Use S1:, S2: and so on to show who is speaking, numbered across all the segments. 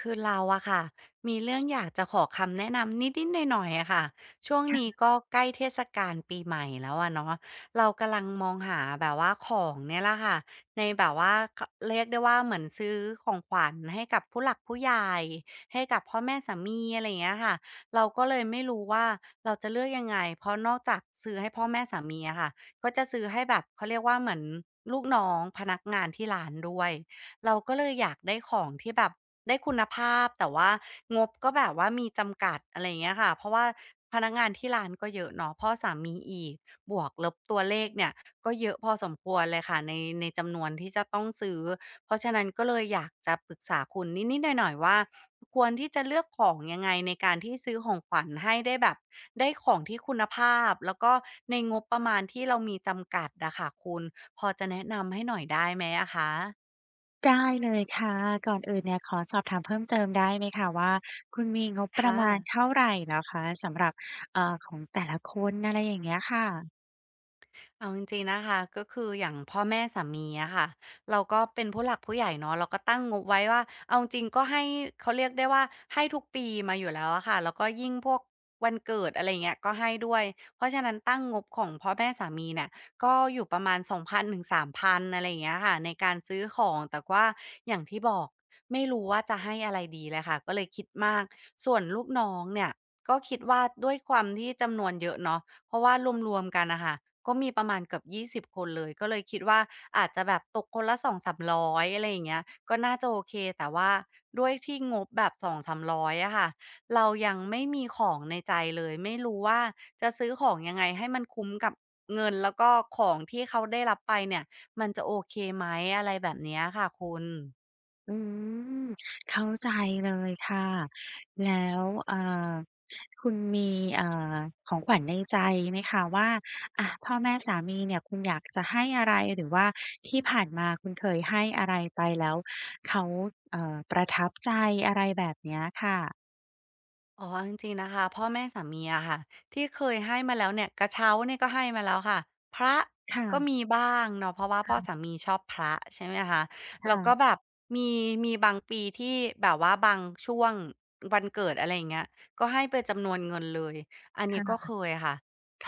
S1: คือเราอะค่ะมีเรื่องอยากจะขอคำแนะนำนิดๆหน่อยๆอะค่ะช่วงนี้ก็ใกล้เทศกาลปีใหม่แล้วอะเนาะเรากำลังมองหาแบบว่าของเนี่ยแหละค่ะในแบบว่าขเรียกได้ว่าเหมือนซื้อของขวัญให้กับผู้หลักผู้ใหญ่ให้กับพ่อแม่สามีอะไรอย่างเงี้ยค่ะเราก็เลยไม่รู้ว่าเราจะเลือกยังไงเพราะนอกจากซื้อให้พ่อแม่สามีอะค่ะก็จะซื้อให้แบบเขาเรียกว่าเหมือนลูกน้องพนักงานที่ร้านด้วย เราก็เลยอยากได้ของที่แบบได้คุณภาพแต่ว่างบก็แบบว่ามีจำกัดอะไรอย่างเงี้ยค่ะเพราะว่าพนักงานที่ร้านก็เยอะเนาะพ่อสามีอีกบวกลบตัวเลขเนี่ยก็เยอะพอสมควรเลยค่ะในจำนวนที่จะต้องซื้อเพราะฉะนั้นก็เลยอยากจะปรึกษาคุณนิดๆหน่อยๆว่าควรที่จะเลือกของยังไงในการที่ซื้อของขวัญให้ได้แบบได้ของที่คุณภาพแล้วก็ในงบประมาณที่เรามีจำกัดอะค่ะคุณพอจะแนะนำให้หน่อยได้ไหมอะคะ
S2: ได้เลยค่ะก่อนอื่นเนี่ยขอสอบถามเพิ่มเติมได้ไหมคะว่าคุณมีงบประ
S1: ค่ะ
S2: มาณเท่าไรเหรอคะสำหรับของแต่ละคนอะไรอย่างเงี้ยค่ะ
S1: เอาจริงๆนะคะก็คืออย่างพ่อแม่สามีอะค่ะเราก็เป็นผู้หลักผู้ใหญ่เนาะเราก็ตั้งงบไว้ว่าเอาจริงก็ให้เขาเรียกได้ว่าให้ทุกปีมาอยู่แล้วอะค่ะแล้วก็ยิ่งพวกวันเกิดอะไรงเงี้ยก็ให้ด้วยเพราะฉะนั้นตั้งงบของพ่อแม่สามีเนี่ยก็อยู่ประมาณ2,000-3,000องพันถึงสามพันอะไรอย่างเงี้ยค่ะในการซื้อของแต่ว่าอย่างที่บอกไม่รู้ว่าจะให้อะไรดีเลยค่ะก็เลยคิดมากส่วนลูกน้องเนี่ยก็คิดว่าด้วยความที่จำนวนเยอะเนาะ เพราะว่ารวมๆกันน่ะค่ะก็มีประมาณเกือบ20คนเลยก็เลยคิดว่าอาจจะแบบตกคนละ2สา3 0 0อยอะไรอย่างเงี้ยก็น่าจะโอเคแต่ว่าด้วยที่งบแบบ200-300องสามร้อยอะค่ะเรายังไม่มีของในใจเลยไม่รู้ว่าจะซื้อของยังไงให้มันคุ้มกับเงินแล้วก็ของที่เขาได้รับไปเนี่ยมันจะโอเคไหมอะไรแบบเนี้ยค่ะคุณ
S2: อืมเข้าใจเลยค่ะแล้วคุณมีเอ่อของขวัญในใจไหมคะว่าอะพ่อแม่สามีเนี่ยคุณอยากจะให้อะไรหรือว่าที่ผ่านมาคุณเคยให้อะไรไปแล้วเขาประทับใจอะไรแบบเนี้ยค่ะ
S1: อ๋อจริงๆนะคะพ่อแม่สามีอะค่ะที่เคยให้มาแล้วเนี่ยกระเช้าเนี่ยก็ให้มาแล้วค่ะพระก็
S2: ค่ะ
S1: มีบ้างเนาะเพราะว่าพ่อสามีชอบพระใช่ไหมคะแล้วก็แบ
S2: ค่ะ
S1: บมีมีบางปีที่แบบว่าบางช่วงวันเกิดอะไรอย่างเงี้ยก็ให้เป็นจำนวนเงินเลยอันนี้ก็
S2: ค่ะ
S1: เคยค่ะ
S2: ค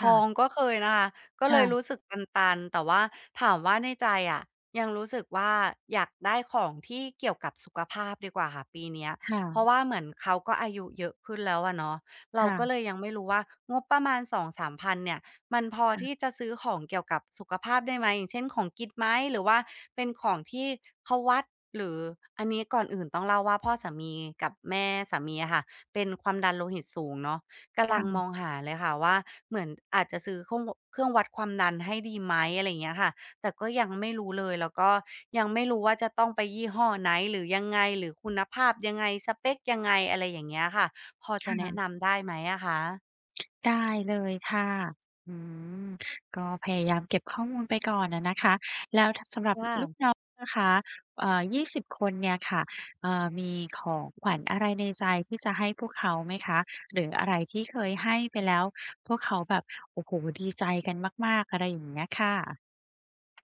S1: ทอง
S2: ่ะ
S1: ก็เคยนะคะก็เลย
S2: ค่ะ
S1: รู้สึกตันๆแต่ว่าถามว่าในใจอะยังรู้สึกว่าอยากได้ของที่เกี่ยวกับสุขภาพดีกว่าค่ะปีเนี้ย เพราะ
S2: ค่ะ
S1: ว่าเหมือนเขาก็อายุเยอะขึ้นแล้วอะเนาะเราก็เล
S2: ค่ะ
S1: ยยังไม่รู้ว่างบประมาณสองสามพันเนี่ยมันพอที่จะซื้อของเกี่ยวกับสุขภาพได้ไหมอย่างเช่นของกินไหมหรือว่าเป็นของที่เขาวัดหรืออันนี้ก่อนอื่นต้องเล่าว่าพ่อสามีกับแม่สามีอะค่ะเป็นความดันโลหิตสูงเนาะกำลังม
S2: ค่ะ
S1: องหาเลยค่ะว่าเหมือนอาจจะซื้อเครื่องวัดความดันให้ดีไหมอะไรอย่างเงี้ยค่ะ แต่ก็ยังไม่รู้เลยแล้วก็ยังไม่รู้ว่าจะต้องไปยี่ห้อไหนหรือยังไงหรือคุณภาพยังไงสเปกยังไงอะไรอย่างเงี้ยค่ะพอจะแนะ
S2: ค่ะ
S1: นำได้ไหมอะคะ
S2: ได้เลยค่ะอืมก็พยายามเก็บข้อมูลไปก่อนอะนะคะแล้วทสำหรับ
S1: ว่า
S2: ลูกน้องนะคะ20คนเนี่ยค่ะมีของขวัญอะไรในใจที่จะให้พวกเขาไหมคะหรืออะไรที่เคยให้ไปแล้วพวกเขาแบบโอ้โฮดีใจกันมากๆอะไรอย่างเงี้ยค่ะ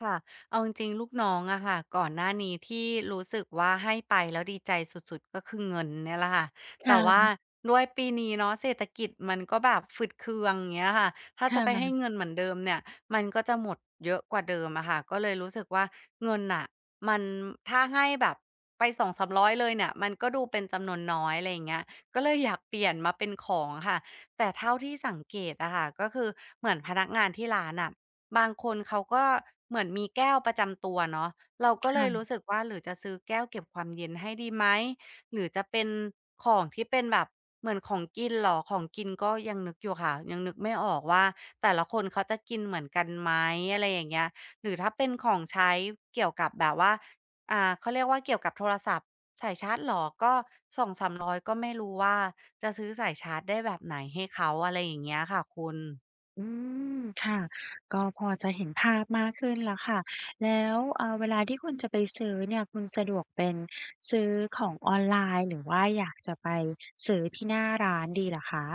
S1: ค่ะเอาจริงๆลูกน้องอะค่ะก่อนหน้านี้ที่รู้สึกว่าให้ไปแล้วดีใจสุดๆก็คือเงินเนี่ยแหละค่ะแต่ว่า
S2: ค่ะ
S1: ด้วยปีนี้เนาะเศรษฐกิจมันก็แบบฝืดเคืองอย่างเงี้ยค่ะถ้าจะไปให้
S2: ค่ะ
S1: เงินเหมือนเดิมเนี่ยมันก็จะหมดเยอะกว่าเดิมอะค่ะก็เลยรู้สึกว่าเงินอะมันถ้าให้แบบไปสองสามร้อยเลยเนี่ยมันก็ดูเป็นจำนวนน้อยอะไรอย่างเงี้ยก็เลยอยากเปลี่ยนมาเป็นของค่ะแต่เท่าที่สังเกตอะค่ะก็คือเหมือนพนักงานที่ร้านอะ บางคนเขาก็เหมือนมีแก้วประจำตัวเนาะเราก็เลยรู้
S2: ค่ะ
S1: สึกว่าหรือจะซื้อแก้วเก็บความเย็นให้ดีไหมหรือจะเป็นของที่เป็นแบบเหมือนของกินเหรอของกินก็ยังนึกอยู่ค่ะยังนึกไม่ออกว่าแต่ละคนเขาจะกินเหมือนกันไหมอะไรอย่างเงี้ยหรือถ้าเป็นของใช้เกี่ยวกับแบบว่าเขาเรียกว่าเกี่ยวกับโทรศัพท์สายชาร์จเหรอก็สองสามร้อยก็ไม่รู้ว่าจะซื้อสายชาร์จได้แบบไหนให้เขาอะไรอย่างเงี้ยค่ะคุณ
S2: อืมค่ะก็พอจะเห็นภาพมากขึ้นแล้วค่ะแล้วเวลาที่คุณจะไปซื้อเนี่ยคุณสะดวกเป็นซื้อของออนไลน์หรือว่าอยากจะไปซื้อที่หน้าร้านดีเหรอคะ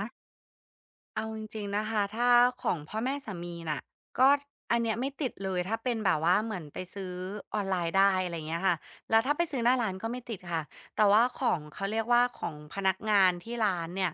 S1: เอาจริงๆนะคะถ้าของพ่อแม่สามีน่ะก็อันเนี้ยไม่ติดเลยถ้าเป็นแบบว่าเหมือนไปซื้อออนไลน์ได้อะไรเงี้ยค่ะแล้วถ้าไปซื้อหน้าร้านก็ไม่ติดค่ะแต่ว่าของเขาเรียกว่าของพนักงานที่ร้านเนี่ย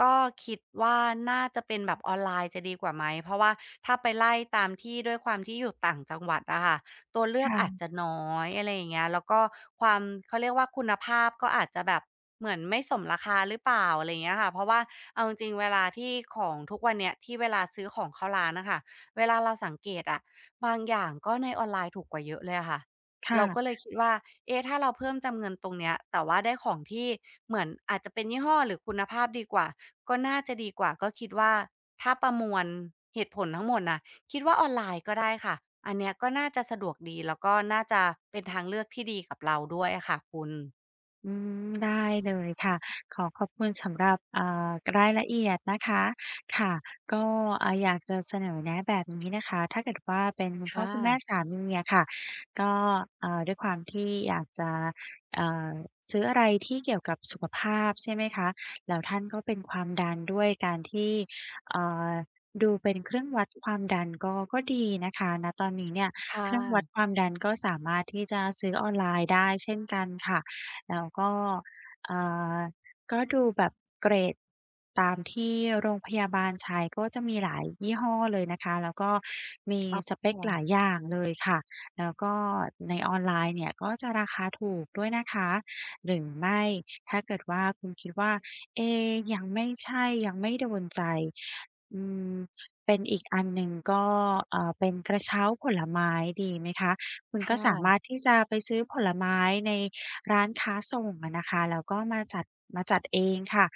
S1: ก็คิดว่าน่าจะเป็นแบบออนไลน์จะดีกว่าไหมเพราะว่าถ้าไปไล่ตามที่ด้วยความที่อยู่ต่างจังหวัดอะค่ะ ตัวเลือกอาจ
S2: ค่ะ
S1: จะน้อยอะไรอย่างเงี้ยแล้วก็ความเขาเรียกว่าคุณภาพก็อาจจะแบบเหมือนไม่สมราคาหรือเปล่าอะไรอย่างเงี้ยค่ะเพราะว่าเอาจริงๆเวลาที่ของทุกวันเนี้ยที่เวลาซื้อของเข้าร้านน่ะค่ะเวลาเราสังเกตอะบางอย่างก็ในออนไลน์ถูกกว่าเยอะเลยอะค่ะเราก็เล
S2: ค่ะ
S1: ยคิดว่าเอ๊ะถ้าเราเพิ่มจำเงินตรงเนี้ยแต่ว่าได้ของที่เหมือนอาจจะเป็นยี่ห้อหรือคุณภาพดีกว่าก็น่าจะดีกว่าก็คิดว่าถ้าประมวลเหตุผลทั้งหมดน่ะ คิดว่าออนไลน์ก็ได้ค่ะ อันเนี้ยก็น่าจะสะดวกดีแล้วก็น่าจะเป็นทางเลือกที่ดีกับเราด้วยอะค่ะคุณ
S2: อืมได้เลยค่ะขอขอบคุณสำหรับรายละเอียดนะคะค่ะก็อยากจะเสนอแนะแบบนี้นะคะถ้าเกิดว่าเป็นคุณพ่อ
S1: ค่ะ
S2: คุณแม่สามีอะค่ะก็ด้วยความที่อยากจะเอ่อซื้ออะไรที่เกี่ยวกับสุขภาพใช่ไหมคะแล้วท่านก็เป็นความดันด้วยการที่เอ่อดูเป็นเครื่องวัดความดันก็ดีนะคะณตอนนี้เนี่ย
S1: ค่
S2: เครื่องวัดค
S1: ะ
S2: วามดันก็สามารถที่จะซื้อออนไลน์ได้เช่นกันค่ะ แล้วก็อ่าก็ดูแบบเกรดตามที่โรงพยาบาลใช้ก็จะมีหลายยี่ห้อเลยนะคะแล้วก็มี
S1: อ๋
S2: ส
S1: อ
S2: เปกหลายอย่างเลยค่ะแล้วก็ในออนไลน์เนี่ยก็จะราคาถูกด้วยนะคะหรือไม่ถ้าเกิดว่าคุณคิดว่าเอ๊ยังไม่ใช่ยังไม่โดนใจอืมเป็นอีกอันหนึ่งก็เป็นกระเช้าผลไม้ดีไหมคะคุณก็
S1: ค่ะ
S2: สามารถที่จะไปซื้อผลไม้ใน ร้านค้าส่งอะนะคะแล้วก็มาจัดมาจัดเองค่ะ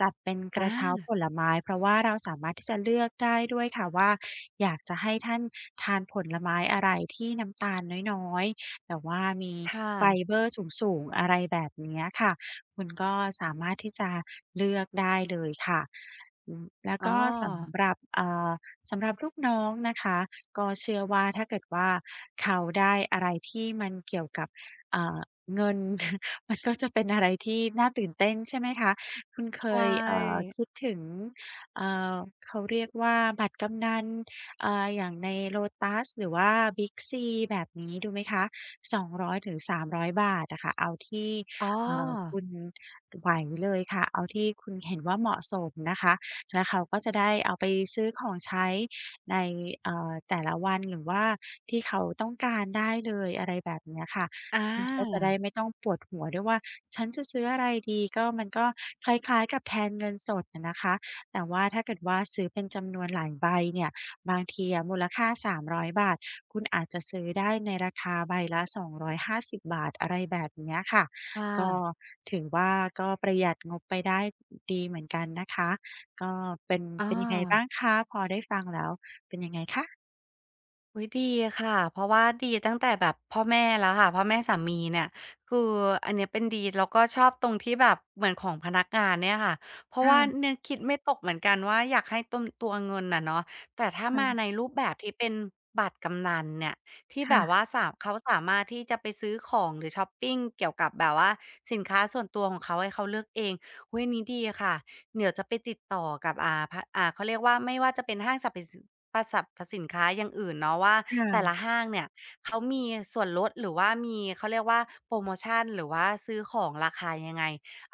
S2: จัดเป็นกระเช้า
S1: อา
S2: ผลไม้เพราะว่าเราสามารถที่จะเลือกได้ด้วยค่ะว่าอยากจะให้ท่านทานผลไม้อะไรที่น้ำตาลน้อยๆแต่ว่ามี
S1: ค
S2: ไฟ
S1: ่ะ
S2: เบอร์สูงๆอะไรแบบเนี้ยค่ะคุณก็สามารถที่จะเลือกได้เลยค่ะอืมแล้ว
S1: อ๋อ
S2: ก็สำหรับสำหรับลูกน้องนะคะก็เชื่อว่าถ้าเกิดว่าเขาได้อะไรที่มันเกี่ยวกับเอ่อ เงิน มันก็จะเป็นอะไรที่น่าตื่นเต้นใช่ไหมคะคุณเค
S1: ใช
S2: ยเอ่อ
S1: ่
S2: คิดถึงเอ่อเขาเรียกว่าบัตรกำนันอย่างใน Lotus หรือว่า Big C แบบนี้ดูไหมคะ200ถึง300บาทนะคะเอาที่
S1: อ๋อ
S2: คุณไหวเลยค่ะเอาที่คุณเห็นว่าเหมาะสมนะคะแล้วเขาก็จะได้เอาไปซื้อของใช้ในแต่ละวันหรือว่าที่เขาต้องการได้เลยอะไรแบบเนี้ยค่ะ
S1: อ
S2: คุณก็จะ
S1: า
S2: ได้ไม่ต้องปวดหัวด้วยว่าฉันจะซื้ออะไรดีก็มันก็คล้ายๆกับแทนเงินสดอะนะคะแต่ว่าถ้าเกิดว่าซื้อเป็นจำนวนหลายใบเนี่ยบางทีอะมูลค่า300บาทคุณอาจจะซื้อได้ในราคาใบละ250บบาทอะไรแบบเนี้ยค่ะ
S1: ค่
S2: ก็
S1: ะ
S2: ถือว่าก็ประหยัดงบไปได้ดีเหมือนกันนะคะก็เป็น
S1: อ้อ
S2: เป็นยังไงบ้างคะพอได้ฟังแล้ว
S1: อุ๊ยดีค่ะเพราะว่าดีตั้งแต่แบบพ่อแม่แล้วค่ะพ่อแม่สามีเนี่ยคืออันเนี้ยเป็นดีแล้วก็ชอบตรงที่แบบเหมือนของพนักงานเนี่ยค่ะเพราะว่า
S2: ค่ะ
S1: นึกคิดไม่ตกเหมือนกันว่าอยากให้ต้นตัวเงินน่ะเนาะแต่ถ้ามาในรูปแบบที่เป็นบัตรกำนัลเนี่ยที่
S2: ๆ
S1: แบบ
S2: ค่ะ
S1: ว่าสาเขาสามารถที่จะไปซื้อของหรือชอปปิงเกี่ยวกับแบบว่าสินค้าส่วนตัวของเขาให้เขาเลือกเองอุ๊ยอันนี้ดีค่ะ เดี๋ยวจะไปติดต่อกับอ่าพอ่าเขาเรียกว่าไม่ว่าจะเป็นห้างสรรพสินปสรรพสินค้าอย่างอื่นเนาะว่า
S2: ๆค
S1: แต่ละห้างเนี่ยเขามีส่วนลดหรือว่ามีเขาเรียกว่าโพรโมชันหรือว่าซื้อของราคายังไง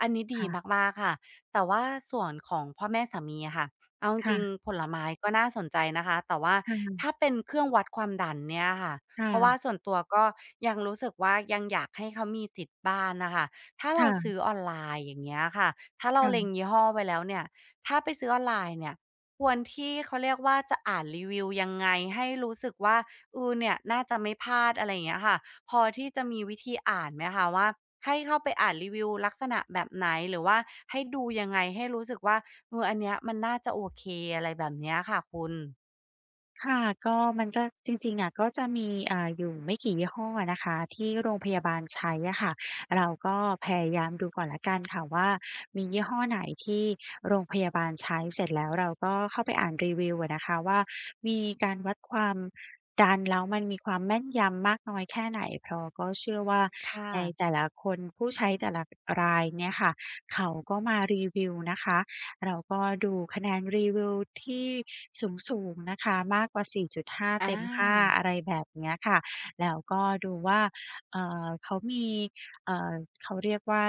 S1: อันนี้ดี
S2: ่ะ
S1: มากๆค่ะแต่ว่าส่วนของพ่อแม่สามีอะค่ะเอาจ
S2: ๆ
S1: ริงๆผลไม้ก็น่าสนใจนะคะแต่ว่า
S2: ๆ
S1: ถ้าเป็นเครื่องวัดความดันเนี่ยค่ะเพราะว่า
S2: ค
S1: ส่วนตัวก็ยังรู้สึกว่ายังอยากให้เขามีติดบ้านน่ะค่ะ ถ้าเรา
S2: ่ะ
S1: ซื้อออนไลน์อย่างเงี้ยค่ะ ถ้าเราเล็ง
S2: ๆ
S1: ยี่ห้อไว้แล้วเนี่ย ถ้าไปซื้อออนไลน์เนี่ยควรที่เขาเรียกว่าจะอ่านรีวิวยังไงให้รู้สึกว่าเออเนี่ยน่าจะไม่พลาดอะไรอย่างเงี้ยค่ะพอที่จะมีวิธีอ่านไหมคะว่าให้เข้าไปอ่านรีวิวลักษณะแบบไหนหรือว่าให้ดูยังไงให้รู้สึกว่าเอออันเนี้ยมันน่าจะโอเคอะไรแบบเนี้ยค่ะคุณ
S2: ค่ะก็มันก็จริงๆอะก็จะมีอยู่ไม่กี่ยี่ห้ออะนะคะที่โรงพยาบาลใช้อะค่ะเราก็พยายามดูก่อนแล้วกันค่ะว่ามียี่ห้อไหนที่โรงพยาบาลใช้เสร็จแล้วเราก็เข้าไปอ่านรีวิวอะนะคะว่ามีการวัดความดันแล้วมันมีความแม่นยำมากน้อยแค่ไหนเพราะก็เชื่อว่า
S1: ค่ะ
S2: ในแต่ละคนผู้ใช้แต่ละรายเนี่ยค่ะเขาก็มารีวิวนะคะ เราก็ดูคะแนนรีวิวที่สูงๆนะคะมากกว่า 4.5
S1: อ
S2: เต็ม5
S1: า
S2: อะไรแบบเนี้ยค่ะแล้วก็ดูว่าเขามีเอ่อเขาเรียกว่า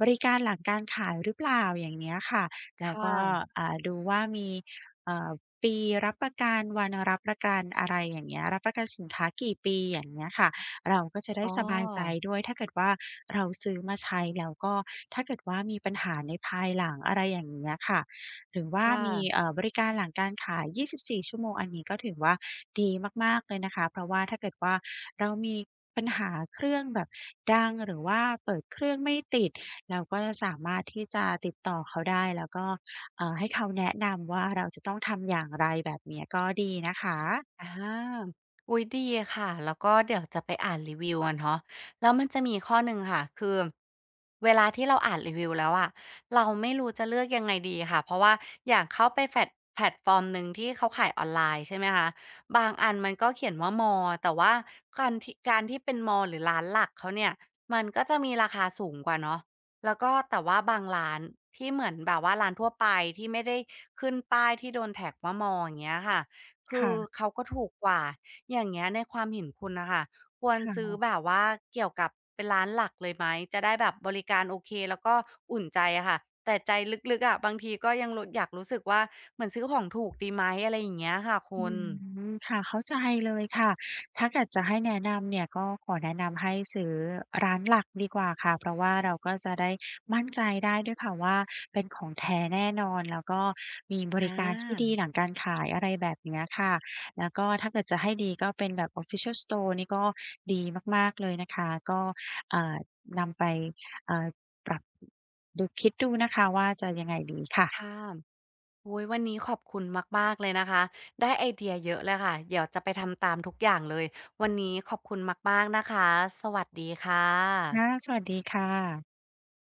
S2: บริการหลังการขายหรือเปล่าอย่างเนี้ยค่ะแล้ว
S1: ค่ะ
S2: ก็ดูว่ามีเอ่อปีรับประกันวันรับประกันอะไรอย่างเงี้ยรับประกันสินค้ากี่ปีอย่างเงี้ยค่ะ เราก็จะได้
S1: อ๋อ
S2: สบายใจด้วยถ้าเกิดว่าเราซื้อมาใช้แล้วก็ถ้าเกิดว่ามีปัญหาในภายหลังอะไรอย่างเงี้ยค่ะหรือว่า
S1: ค่ะ
S2: มีบริการหลังการขาย 24 ชั่วโมงอันนี้ก็ถือว่าดีมากๆเลยนะคะเพราะว่าถ้าเกิดว่าเรามีปัญหาเครื่องแบบดังหรือว่าเปิดเครื่องไม่ติดเราก็จะสามารถที่จะติดต่อเขาได้แล้วก็ให้เขาแนะนำว่าเราจะต้องทำอย่างไรแบบเนี้ยก็ดีนะคะ
S1: อาอุ๊ยดีค่ะ แล้วก็เดี๋ยวจะไปอ่านรีวิวอะเนาะแล้วมันจะมีข้อหนึ่งค่ะ คือเวลาที่เราอ่านรีวิวแล้วอะเราไม่รู้จะเลือกยังไงดีค่ะ เพราะว่าอย่างเข้าไปแพลตฟอร์มหนึ่งที่เขาขายออนไลน์ใช่ไหมคะ บางอันมันก็เขียนว่ามอแต่ว่าการที่เป็นมอหรือร้านหลักเขาเนี่ย มันก็จะมีราคาสูงกว่าเนาะแล้วก็แต่ว่าบางร้านที่เหมือนแบบว่าร้านทั่วไปที่ไม่ได้ขึ้นป้ายที่โดนแท็กว่ามออย่างเงี้ยค่ะ คือ
S2: ค่ะ
S1: เขาก็ถูกกว่า อย่างเงี้ยในความเห็นคุณน่ะค่ะควรซื้อ
S2: ค่ะ
S1: แบบว่าเกี่ยวกับเป็นร้านหลักเลยไหมจะได้แบบบริการโอเคแล้วก็อุ่นใจอะค่ะแต่ใจลึกๆอะบางทีก็ยังอยากรู้สึกว่าเหมือนซื้อของถูกดีไหมอะไรอย่างเงี้ยค่ะคุ
S2: อื
S1: ณ
S2: มค่ะเข้าใจเลยค่ะถ้าเกิดจะให้แนะนำเนี่ยก็ขอแนะนำให้ซื้อร้านหลักดีกว่าค่ะเพราะว่าเราก็จะได้มั่นใจได้ด้วยค่ะว่าเป็นของแท้แน่นอนแล้วก็มีบ
S1: อ
S2: ริการที่ดี
S1: า
S2: หลังการขายอะไรแบบเนี้ยค่ะแล้วก็ถ้าเกิดจะให้ดีก็เป็นแบบ Official Store นี่ก็ดีมากๆเลยนะคะก็อ่านำไปอ่าปรับคิดดูนะคะว่าจะยังไงดีค่ะ
S1: ค่ะอุ๊ยวันนี้ขอบคุณมากๆเลยนะคะได้ไอเดียเยอะเลยค่ะเดี๋ยวจะไปทำตามทุกอย่างเลยวันนี้ขอบคุณมากๆนะคะสวัสดีค่
S2: ค่ะ
S1: ะ
S2: สวัสดีค่ะ